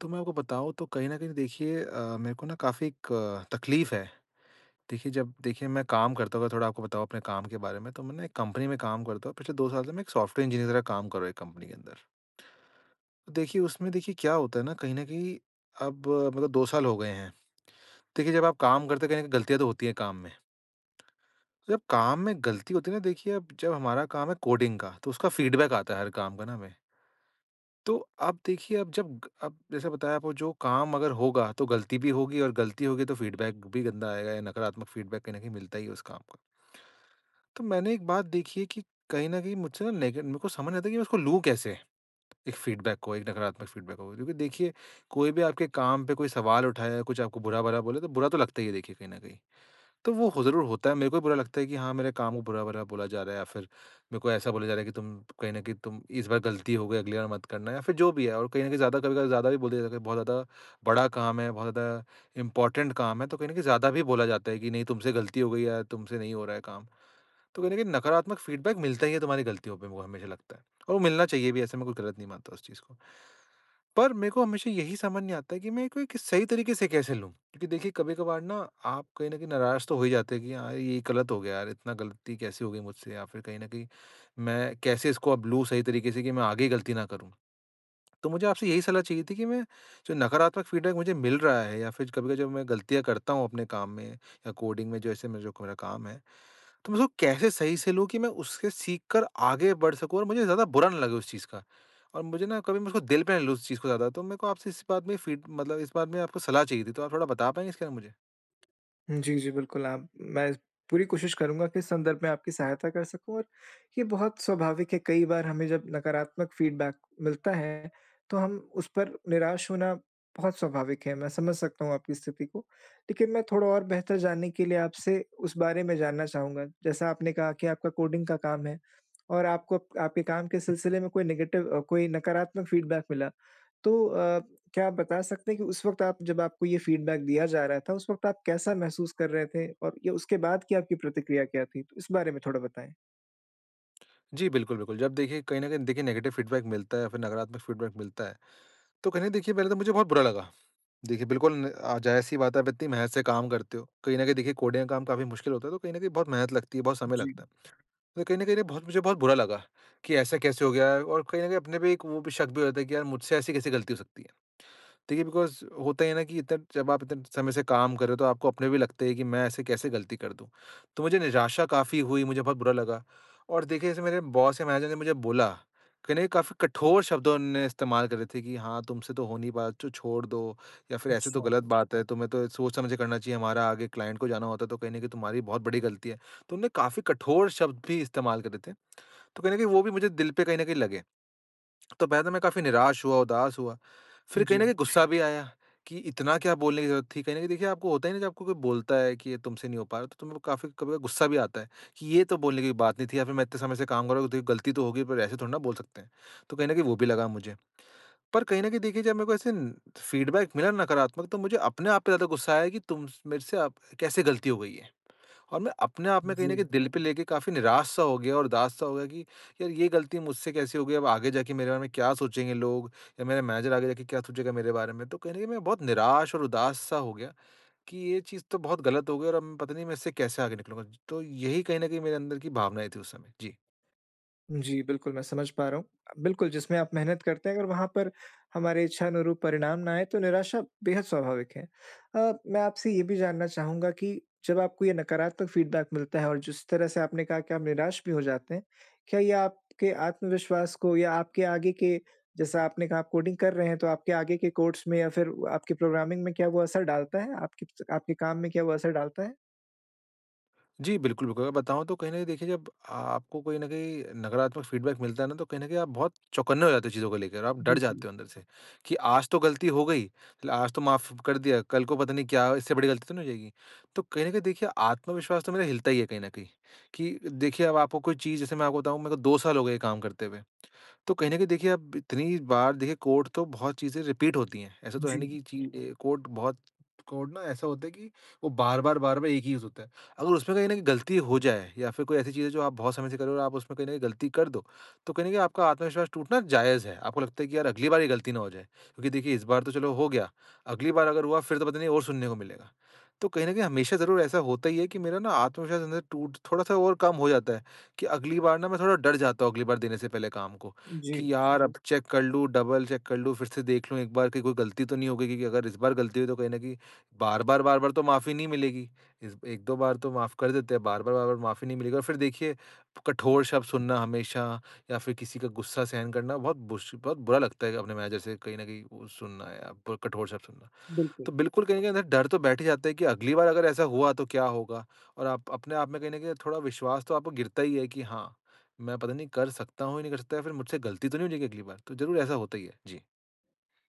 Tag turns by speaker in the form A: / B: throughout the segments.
A: तो मैं आपको बताऊँ, तो कहीं न कहीं देखिए, मेरे को ना काफ़ी एक तकलीफ़ है। देखिए, जब देखिए मैं काम करता हूँ, अगर थोड़ा आपको बताऊँ अपने काम के बारे में, तो मैं ना एक कंपनी में काम करता हूँ। पिछले 2 साल से मैं एक सॉफ्टवेयर इंजीनियर का काम कर रहा हूँ एक कंपनी के अंदर। तो देखिए, उसमें देखिए क्या होता है ना, कहीं न कहीं अब मतलब 2 साल हो गए हैं। देखिए, जब आप काम करते हैं, कहीं न कहीं गलतियाँ तो होती हैं काम में। जब काम में गलती होती है ना, देखिए, अब जब हमारा काम है कोडिंग का, तो उसका फीडबैक आता है हर काम का ना हमें। तो आप देखिए, अब जब ग अब जैसे बताया आपको, जो काम अगर होगा तो गलती भी होगी, और गलती होगी तो फ़ीडबैक भी गंदा आएगा या नकारात्मक फ़ीडबैक कहीं न कहीं मिलता ही है उस काम का। तो मैंने एक बात देखी है कि कहीं न कहीं मुझसे ना नेगे मेरे को समझ नहीं आता कि मैं उसको लूँ कैसे? एक फ़ीडबैक को, एक नकारात्मक फ़ीडबैक को। क्योंकि देखिए, कोई भी आपके काम पे कोई सवाल उठाया, कुछ आपको बुरा-भला बोले तो बुरा तो लगता ही है देखिए, कहीं न कहीं। तो वो हो ज़रूर होता है। मेरे को भी बुरा लगता है कि हाँ, मेरे काम को बुरा-भला बोला जा रहा है, या फिर मेरे को ऐसा बोला जा रहा है कि तुम कहीं न कहीं तुम इस बार गलती हो गई, अगली बार मत करना, या फिर जो भी है, और कहीं न कहीं ज़्यादा कभी-कभी ज़्यादा भी बोल दिया जाता है, कि बहुत ज़्यादा बड़ा काम है, बहुत ज़्यादा इम्पोर्टेंट काम है, तो कहीं न कहीं ज़्यादा भी बोला जाता है कि नहीं, तुमसे गलती हो गई या तुमसे नहीं हो रहा है काम। तो कहीं न कहीं नकारात्मक फीडबैक मिलता ही है तुम्हारी गलतियों पे, मेरे को हमेशा लगता है। और वो मिलना चाहिए भी, ऐसे मैं कुछ गलत नहीं मानता उस चीज़ को। पर मेरे को हमेशा यही समझ नहीं आता है कि मैं कोई एक सही तरीके से कैसे लूँ? क्योंकि देखिए, कभी-कभार ना, आप कहीं न कहीं नाराज़ तो हो ही जाते हैं कि यार, ये गलत हो गया यार, इतना गलती कैसे हो गई मुझसे? या फिर कहीं न कहीं मैं कैसे इसको अब लूँ सही तरीके से कि मैं आगे गलती ना करूँ? तो मुझे आपसे यही सलाह चाहिए थी कि मैं जो नकारात्मक फीडबैक मुझे मिल रहा है, या फिर कभी-कभी जब मैं गलतियाँ करता हूँ अपने काम में या कोडिंग में, जैसे मैं जो मेरा काम है, तो मैं उसको कैसे सही से लूँ कि मैं उससे सीख कर आगे बढ़ सकूँ और मुझे ज़्यादा बुरा ना लगे उस चीज़ का। और मुझे ना कभी मैं उसको दिल पे ना लूँ उस चीज़ को ज़्यादा, तो मेरे को आपसे इस बात में फीड मतलब, इस बात में आपको सलाह चाहिए थी, तो आप थोड़ा बता पाएँगे इसके बारे में मुझे?
B: जी, जी, बिल्कुल। आप मैं पूरी कोशिश करूँगा कि इस संदर्भ में आपकी सहायता कर सकूँ। और ये बहुत स्वाभाविक है, कई बार हमें जब नकारात्मक फीडबैक मिलता है, तो हम उस पर निराश होना बहुत स्वाभाविक है। मैं समझ सकता हूँ आपकी स्थिति को। लेकिन मैं थोड़ा और बेहतर जानने के लिए आपसे उस बारे में जानना चाहूँगा। जैसा आपने कहा कि आपका कोडिंग का काम है और आपको आपके काम के सिलसिले में कोई नकारात्मक फीडबैक मिला, तो क्या आप बता सकते हैं कि उस वक़्त, आप जब आपको ये फ़ीडबैक दिया जा रहा था, उस वक़्त आप कैसा महसूस कर रहे थे? और या उसके बाद की आपकी प्रतिक्रिया क्या थी? तो इस बारे में थोड़ा बताएँ।
A: जी, बिल्कुल, बिल्कुल। जब देखिए कहीं न कहीं देखिए नेगेटिव फीडबैक मिलता है या फिर नकारात्मक फीडबैक मिलता है, तो कहीं न देखिए, पहले तो मुझे बहुत बुरा लगा। देखिए, बिल्कुल न अ, ज़ाहिर-सी बात है, आप इतनी मेहनत से काम करते हो। कहीं न कहीं देखिए, कोडिंग का काम काफ़ी मुश्किल होता है, तो कहीं न कहीं बहुत मेहनत लगती है, बहुत समय
B: जी,
A: लगता है। तो कहीं न कहीं बहुत मुझे बहुत बुरा लगा कि ऐसा कैसे हो गया, और कहीं न कहीं अपने पे एक वो भी शक भी हो जाता है कि यार, मुझसे ऐसी कैसे गलती हो सकती है। देखिए, बिकॉज़ होता ही है ना कि इतना जब आप इतने समय से काम कर रहे हो तो आपको अपने भी लगता है कि मैं ऐसे कैसे गलती कर दूँ। तो मुझे निराशा काफ़ी हुई, मुझे बहुत बुरा लगा, और देखिए, जैसे मेरे बॉस या मैनेजर ने मुझे बोला, कहीं काफ़ी कठोर शब्दों ने इस्तेमाल करे थे कि हाँ, तुमसे तो हो नहीं पाया तो छोड़ दो, या फिर ऐसे तो
B: अच्छा।
A: गलत बात है, तुम्हें तो सोच समझ के करना चाहिए, हमारा आगे क्लाइंट को जाना होता है, तो कहीं न कहीं तुम्हारी बहुत बड़ी गलती है। तो उन्होंने काफ़ी कठोर शब्द भी इस्तेमाल करे थे। तो कहीं न कहीं वो भी मुझे दिल पे कहीं न कहीं लगे। तो पहले तो मैं काफ़ी निराश हुआ, उदास हुआ। फिर कहीं
B: जी,
A: न कहीं गुस्सा भी आया कि इतना क्या बोलने की ज़रूरत थी। कहीं न कहीं देखिए, आपको होता है ना, जब आपको कोई बोलता है कि ये तुमसे नहीं हो पा रहा, तो तुम्हें काफ़ी कभी-कभी गुस्सा भी आता है कि ये तो बोलने की बात नहीं थी, या फिर मैं इतने समय से काम कर रहा हूँ, तो गलती तो होगी, पर ऐसे थोड़ी ना बोल सकते हैं। तो कहीं न कहीं वो भी लगा मुझे। पर कहीं न कहीं देखिए, जब मेरे को ऐसे फीडबैक मिला नकारात्मक, तो मुझे अपने आप पे ज़्यादा गुस्सा आया कि तुम मेरे से आप कैसे गलती हो गई है? और मैं अपने आप में कहीं न
B: जी।
A: कहीं दिल पे लेके काफ़ी निराश सा हो गया और उदास सा हो गया कि यार, ये गलती मुझसे कैसे हो गई? अब आगे जाके मेरे बारे में क्या सोचेंगे लोग, या मेरा मैनेजर आगे जाके क्या सोचेगा मेरे बारे में? तो कहीं न कहीं मैं बहुत निराश और उदास सा हो गया कि ये चीज़ तो बहुत गलत हो गई, और अब मैं पता नहीं, मैं इससे कैसे आगे निकलूँगा। तो यही कहीं न कहीं मेरे अंदर की भावनाएँ थी उस समय। जी।
B: जी, बिल्कुल, मैं समझ पा रहा हूँ। बिल्कुल, जिसमें आप मेहनत करते हैं, अगर वहाँ पर हमारे इच्छानुरूप परिणाम ना आए, तो निराशा बेहद स्वाभाविक है। मैं आपसे ये भी जानना चाहूँगा कि जब आपको ये नकारात्मक फ़ीडबैक मिलता है और जिस तरह से आपने कहा कि आप निराश भी हो जाते हैं, क्या ये आपके आत्मविश्वास को, या आपके आगे के, जैसा आपने कहा आप कोडिंग कर रहे हैं, तो आपके आगे के कोर्स में या फिर आपके प्रोग्रामिंग में क्या वो असर डालता है? आपके आपके काम में क्या वो असर डालता है?
A: जी, बिल्कुल, बिल्कुल। अगर बताऊँ तो कहीं न कहीं देखिए, जब आपको कोई न कहीं नकारात्मक फीडबैक मिलता है ना, तो कहीं न कहीं आप बहुत चौकन्ने हो जाते हो चीज़ों को लेकर, आप डर
B: बिल्कुल।
A: जाते हो अंदर से कि आज तो गलती हो गई, चलो आज तो माफ़ कर दिया, कल को पता नहीं, क्या इससे बड़ी गलती तो नहीं हो जाएगी। तो कहीं न कहीं देखिए, आत्मविश्वास तो मेरा हिलता ही है कहीं न कहीं, कि देखिए, अब आपको कोई चीज़, जैसे मैं आपको बताऊँ, मेरे को 2 साल हो गए ये काम करते हुए। तो कहीं न कहीं देखिए, अब इतनी बार देखिए कोर्ट तो बहुत चीज़ें रिपीट होती हैं। ऐसा तो है
B: जी,
A: नहीं कि कोर्ट ना, ऐसा होता है कि वो बार-बार, बार-बार एक ही यूज़ होता है। अगर उसमें कहीं न कहीं गलती हो जाए, या फिर कोई ऐसी चीज़ है जो आप बहुत समय से कर रहे हो और आप उसमें कहीं न कहीं गलती कर दो, तो कहीं न कहीं आपका आत्मविश्वास टूटना जायज़ है। आपको लगता है कि यार, अगली बार ये गलती ना हो जाए, क्योंकि देखिए, इस बार तो चलो हो गया, अगली बार अगर हुआ फिर तो पता नहीं और सुनने को मिलेगा। तो कहीं न कहीं हमेशा ज़रूर ऐसा होता ही है कि मेरा ना आत्मविश्वास अंदर टूट थोड़ा-सा और कम हो जाता है, कि अगली बार ना मैं थोड़ा डर जाता हूँ अगली बार देने से पहले काम को।
B: जी,
A: कि यार, अब चेक कर लूँ, डबल चेक कर लूँ, फिर से देख लूँ एक बार कि कोई गलती तो नहीं हो गई, क्योंकि अगर इस बार गलती हुई तो कहीं न कहीं बार-बार, बार-बार तो माफ़ी नहीं मिलेगी। इस 1-2 बार तो माफ़ कर देते हैं, बार-बार, बार-बार माफ़ी नहीं मिलेगी। और फिर देखिए, कठोर शब्द सुनना हमेशा, या फिर किसी का गुस्सा सहन करना बहुत बुरा लगता है अपने मैनेजर से, कहीं न कहीं वो सुनना या ब कठोर शब्द सुनना।
B: बिल्कुल।
A: तो बिल्कुल कहीं न कहीं अंदर डर तो बैठ ही जाता है कि अगली बार अगर ऐसा हुआ तो क्या होगा? और आप अपने आप में कहीं न कहीं थोड़ा विश्वास तो आपको गिरता ही है कि हाँ, मैं पता नहीं कर सकता हूँ या नहीं कर सकता, या फिर मुझसे गलती तो नहीं हो जाएगी अगली बार? तो ज़रूर ऐसा होता ही है। जी।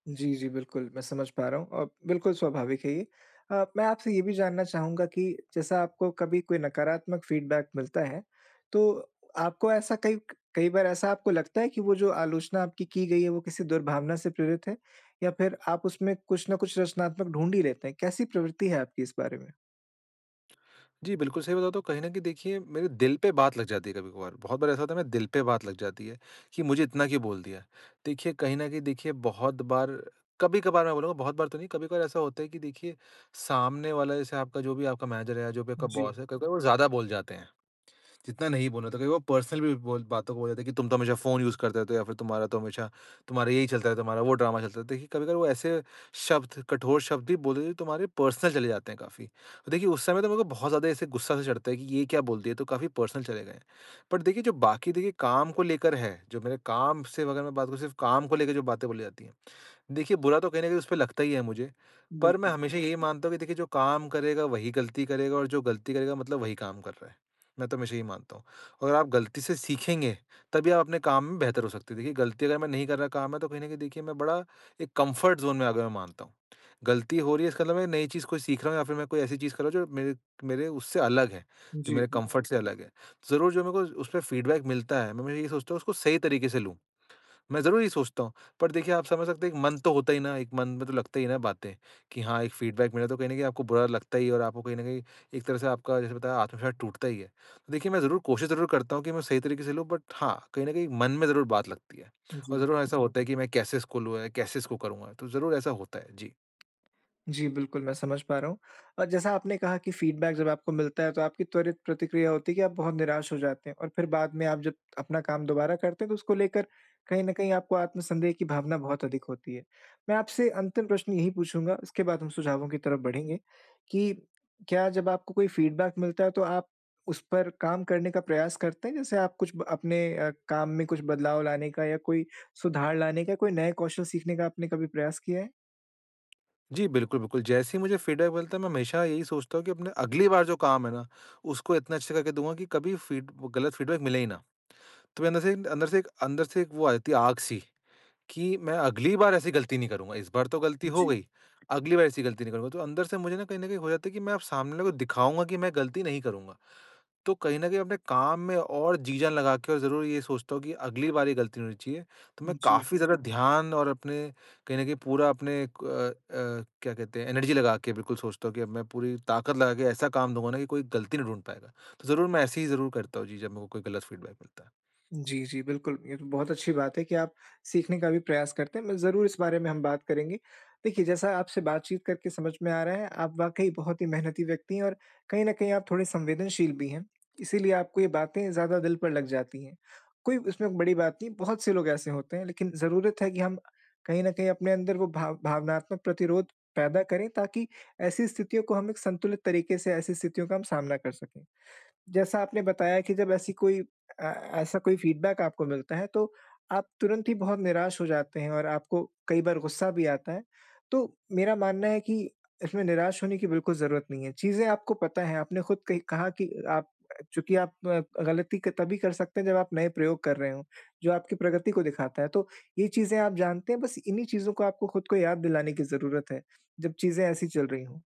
B: जी, जी, बिल्कुल, मैं समझ पा रहा हूँ और बिल्कुल स्वाभाविक है ये। मैं आपसे ये भी जानना चाहूँगा कि जैसा आपको कभी कोई नकारात्मक फीडबैक मिलता है, तो आपको ऐसा कई कई बार ऐसा आपको लगता है कि वो जो आलोचना आपकी की गई है, वो किसी दुर्भावना से प्रेरित है? या फिर आप उसमें कुछ न कुछ रचनात्मक ढूँढ ही लेते हैं? कैसी प्रवृत्ति है आपकी इस बारे में?
A: जी, बिल्कुल सही बताऊँ तो कहीं न कहीं देखिए, मेरे दिल पे बात लग जाती है कभी-कभार। बहुत बार ऐसा होता है, मेरे दिल पे बात लग जाती है कि मुझे इतना क्यों बोल दिया? देखिए, कहीं न कहीं देखिए, बहुत बार कभी-कभार, मैं बोलूँगा बहुत बार तो नहीं, कभी-कभार ऐसा होता है कि देखिए, सामने वाला, जैसे आपका जो भी आपका मैनेजर है या जो भी आपका
B: जी,
A: बॉस है, कभी-कभार वो ज़्यादा बोल जाते हैं। जितना नहीं बोलना था, कई बार पर्सनल भी बोल बातों को बोल देते हैं कि तुम तो हमेशा फ़ोन यूज़ करते रहते हो, या फिर तुम्हारा तो हमेशा तुम्हारा यही चलता है, तुम्हारा वो ड्रामा चलता है। देखिए, कभी-कभी वो ऐसे शब्द, कठोर शब्द भी बोल देते हैं जो तुम्हारे पर्सनल चले जाते हैं काफ़ी। तो देखिए, उस समय तो मेरे को बहुत ज़्यादा ऐसे गुस्सा सा चढ़ता है कि ये क्या बोल दिया, ये तो काफ़ी पर्सनल चले गए। बट देखिए, जो बाकी देखिए काम को लेकर है, जो मेरे काम से अगर मैं बात करूँ, सिर्फ़ काम को लेकर जो बातें बोली जाती हैं, देखिए, बुरा तो कहीं न कहीं उसपे लगता ही है मुझे, पर मैं
B: बिल्कुल।
A: हमेशा यही मानता हूँ कि देखिए, जो काम करेगा वही गलती करेगा, और जो गलती करेगा मतलब वही काम कर रहा है। मैं तो हमेशा यही मानता हूँ। अगर आप गलती से सीखेंगे, तभी आप अपने काम में बेहतर हो सकते हैं। देखिए, गलती अगर मैं नहीं कर रहा काम है तो कहीं न कहीं देखिए, मैं बड़ा एक कम्फ़र्ट ज़ोन में आ गया, मैं मानता हूँ। गलती हो रही है, इसका मतलब मैं नई चीज़ कोई सीख रहा हूँ, या फिर मैं कोई ऐसी चीज़ कर रहा हूँ जो मेरे मेरे उससे अलग है, जो
B: जी,
A: मेरे
B: बिल्कुल।
A: कम्फ़र्ट से अलग है। ज़रूर जो मेरे को उसपे फ़ीडबैक मिलता है, मैं ये सोचता हूँ उसको सही तरीके से लूँ। मैं ज़रूर ये सोचता हूँ, पर देखिए, आप समझ सकते हैं, एक मन तो होता ही ना, एक मन में तो लगता ही है ना बातें, कि हाँ, एक फीडबैक मिला तो कहीं न कहीं आपको बुरा लगता ही है, और आपको कहीं न कहीं एक तरह से आपका, जैसे बताया, आत्मविश्वास टूटता ही है। तो देखिए, मैं ज़रूर कोशिश ज़रूर करता हूँ कि मैं सही तरीके से लूँ, बट हाँ, कहीं न कहीं मन में ज़रूर बात लगती है, और
B: जी।
A: ज़रूर ऐसा होता है कि मैं कैसे इसको लूँ या कैसे इसको करूँगा, तो ज़रूर ऐसा होता है। जी।
B: जी, बिल्कुल, मैं समझ पा रहा हूँ। और जैसा आपने कहा कि फीडबैक जब आपको मिलता है, तो आपकी त्वरित प्रतिक्रिया होती है कि आप बहुत निराश हो जाते हैं, और फिर बाद में आप जब अपना काम दोबारा करते हैं, तो उसको लेकर कहीं न कहीं आपको आत्मसंदेह की भावना बहुत अधिक होती है। मैं आपसे अंतिम प्रश्न यही पूछूँगा, उसके बाद हम सुझावों की तरफ बढ़ेंगे, कि क्या जब आपको कोई फीडबैक मिलता है, तो आप उस पर काम करने का प्रयास करते हैं? जैसे आप कुछ ब अपने काम में कुछ बदलाव लाने का, या कोई सुधार लाने का, कोई नए कौशल सीखने का आपने कभी प्रयास किया है?
A: जी, बिल्कुल, बिल्कुल, जैसे ही मुझे फीडबैक मिलता है, मैं हमेशा यही सोचता हूँ कि अपने अगली बार जो काम है ना, उसको इतना अच्छे से करके दूँगा कि कभी फीड गलत फीडबैक मिले ही ना। तो मेरे अंदर से एक वो आ जाती है आग-सी कि मैं अगली बार ऐसी गलती नहीं करूँगा, इस बार तो गलती हो
B: जी,
A: गई, अगली बार ऐसी गलती नहीं करूँगा। तो अंदर से मुझे ना कहीं न कहीं हो जाता है कि मैं अब सामने वाले को दिखाऊँगा कि मैं गलती नहीं करूँगा। तो कहीं न कहीं अपने काम में और जी-जान लगा के, और ज़रूर ये सोचता हूँ कि अगली बार ये गलती नहीं होनी चाहिए। तो मैं
B: जी।
A: काफ़ी ज़्यादा ध्यान और अपने कहीं न कहीं पूरा अपने क्या कहते हैं, एनर्जी लगा के बिल्कुल सोचता हूँ कि अब मैं पूरी ताकत लगा के ऐसा काम दूँगा ना कि कोई गलती नहीं ढूँढ पाएगा। तो ज़रूर मैं ऐसे ही ज़रूर करता हूँ जी, जब मेरे को कोई गलत फीडबैक मिलता है।
B: जी, जी, बिल्कुल। ये तो बहुत अच्छी बात है कि आप सीखने का भी प्रयास करते हैं। मैं ज़रूर इस बारे में हम बात करेंगे। देखिए, जैसा आपसे बातचीत करके समझ में आ रहा है, आप वाक़ई बहुत ही मेहनती व्यक्ति हैं और कहीं न कहीं आप थोड़े संवेदनशील भी हैं। इसीलिए आपको ये बातें ज़्यादा दिल पर लग जाती हैं। कोई इसमें बड़ी बात नहीं, बहुत से लोग ऐसे होते हैं, लेकिन ज़रूरत है कि हम कहीं न कहीं अपने अंदर वो भावनात्मक प्रतिरोध पैदा करें, ताकि ऐसी स्थितियों को हम एक संतुलित तरीके से, ऐसी स्थितियों का हम सामना कर सकें। जैसा आपने बताया कि जब ऐसी कोई अ, ऐसा कोई फीडबैक आपको मिलता है, तो आप तुरंत ही बहुत निराश हो जाते हैं और आपको कई बार गुस्सा भी आता है। तो मेरा मानना है कि इसमें निराश होने की बिल्कुल ज़रूरत नहीं है। चीज़ें आपको पता है, आपने खुद कही कहा कि आप, चूँकि आप, गलती क तभी कर सकते हैं जब आप नए प्रयोग कर रहे हों, जो आपकी प्रगति को दिखाता है। तो ये चीज़ें आप जानते हैं, बस इन्हीं चीज़ों को आपको खुद को याद दिलाने की ज़रूरत है, जब चीज़ें ऐसी चल रही हों।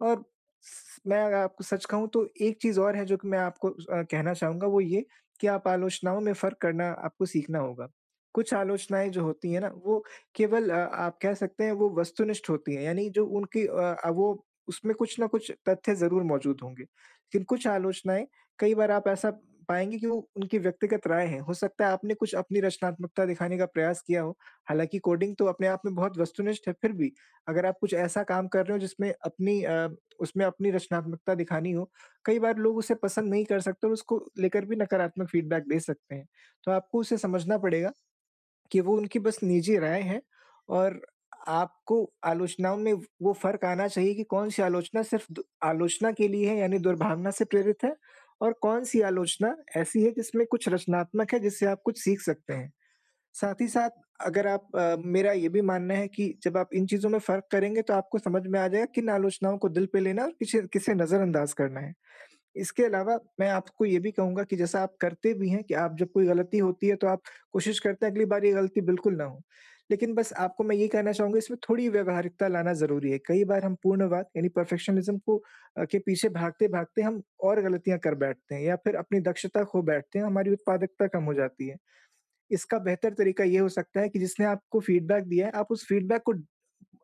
B: और स मैं अगर आपको सच कहूँ तो एक चीज़ और है जो कि मैं आपको कहना चाहूँगा, वो ये कि आप आलोचनाओं में फ़र्क करना आपको सीखना होगा। कुछ आलोचनाएँ जो होती हैं ना, वो केवल, आप कह सकते हैं, वो वस्तुनिष्ठ होती हैं, यानी जो उनकी, वो उसमें कुछ न कुछ तथ्य ज़रूर मौजूद होंगे। लेकिन कुछ आलोचनाएँ, कई बार आप ऐसा पाएँगे कि वो उनकी व्यक्तिगत राय है। हो सकता है आपने कुछ अपनी रचनात्मकता दिखाने का प्रयास किया हो, हालाँकि कोडिंग तो अपने आप में बहुत वस्तुनिष्ठ है, फिर भी अगर आप कुछ ऐसा काम कर रहे हो जिसमें अपनी उसमें अपनी रचनात्मकता दिखानी हो, कई बार लोग उसे पसंद नहीं कर सकते और उसको लेकर भी नकारात्मक फीडबैक दे सकते हैं। तो आपको उसे समझना पड़ेगा कि वो उनकी बस निजी राय है, और आपको आलोचनाओं में वो फ़र्क आना चाहिए कि कौन-सी आलोचना सिर्फ़ दु आलोचना के लिए है, यानी दुर्भावना से प्रेरित है, और कौन-सी आलोचना ऐसी है जिसमें कुछ रचनात्मक है, जिससे आप कुछ सीख सकते हैं। साथ ही साथ, अगर आप, मेरा ये भी मानना है कि जब आप इन चीज़ों में फ़र्क करेंगे, तो आपको समझ में आ जाएगा किन आलोचनाओं को दिल पे लेना है और किसे किसे नज़रअंदाज करना है। इसके अलावा मैं आपको ये भी कहूँगा कि जैसा आप करते भी हैं कि आप जब कोई गलती होती है, तो आप कोशिश करते हैं अगली बार ये गलती बिल्कुल ना हो। लेकिन बस आपको मैं ये कहना चाहूँगा, इसमें थोड़ी व्यावहारिकता लाना ज़रूरी है। कई बार हम पूर्णवाद यानी परफेक्शनिज़्म को, के पीछे भागते-भागते हम और गलतियाँ कर बैठते हैं, या फिर अपनी दक्षता खो बैठते हैं, हमारी उत्पादकता कम हो जाती है। इसका बेहतर तरीका ये हो सकता है कि जिसने आपको फीडबैक दिया है, आप उस फीडबैक को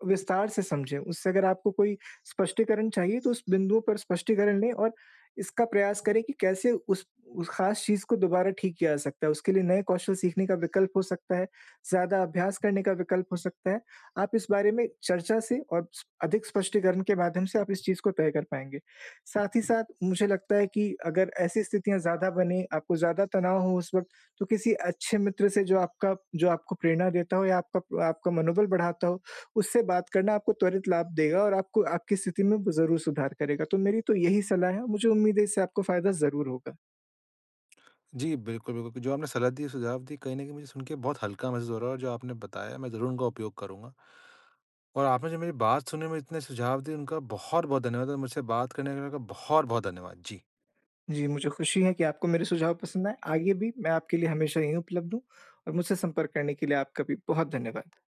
B: विस्तार से समझें। उससे अगर आपको कोई स्पष्टीकरण चाहिए, तो उस बिंदुओं पर स्पष्टीकरण लें, और इसका प्रयास करें कि कैसे उस खास चीज़ को दोबारा ठीक किया जा सकता है। उसके लिए नए कौशल सीखने का विकल्प हो सकता है, ज़्यादा अभ्यास करने का विकल्प हो सकता है। आप इस बारे में चर्चा से और स अधिक स्पष्टीकरण के माध्यम से आप इस चीज़ को तय कर पाएँगे। साथ ही साथ मुझे लगता है कि अगर ऐसी स्थितियाँ ज़्यादा बने, आपको ज़्यादा तनाव हो उस वक़्त, तो किसी अच्छे मित्र से, जो आपको प्रेरणा देता हो, या आपका आपका मनोबल बढ़ाता हो, उससे बात करना आपको त्वरित लाभ देगा और आपको आपकी स्थिति में ज़रूर सुधार करेगा। तो मेरी तो यही सलाह है, मुझे उम्मीद है इससे आपको फ़ायदा ज़रूर होगा।
A: जी, बिल्कुल, बिल्कुल। जो आपने सलाह दी, सुझाव दिए, कहीं न कहीं मुझे सुन के बहुत हल्का महसूस हो रहा है, और जो आपने बताया, मैं ज़रूर उनका उपयोग करूँगा। और आपने जो मेरी बात सुनी, मुझे इतने सुझाव दिए, उनका बहुत-बहुत धन्यवाद, और मुझसे बात करने का बहुत-बहुत धन्यवाद। जी।
B: जी, मुझे खुशी है कि आपको मेरे सुझाव पसंद आए। आगे भी मैं आपके लिए हमेशा यहीं उपलब्ध हूँ, और मुझसे संपर्क करने के लिए आपका भी बहुत धन्यवाद।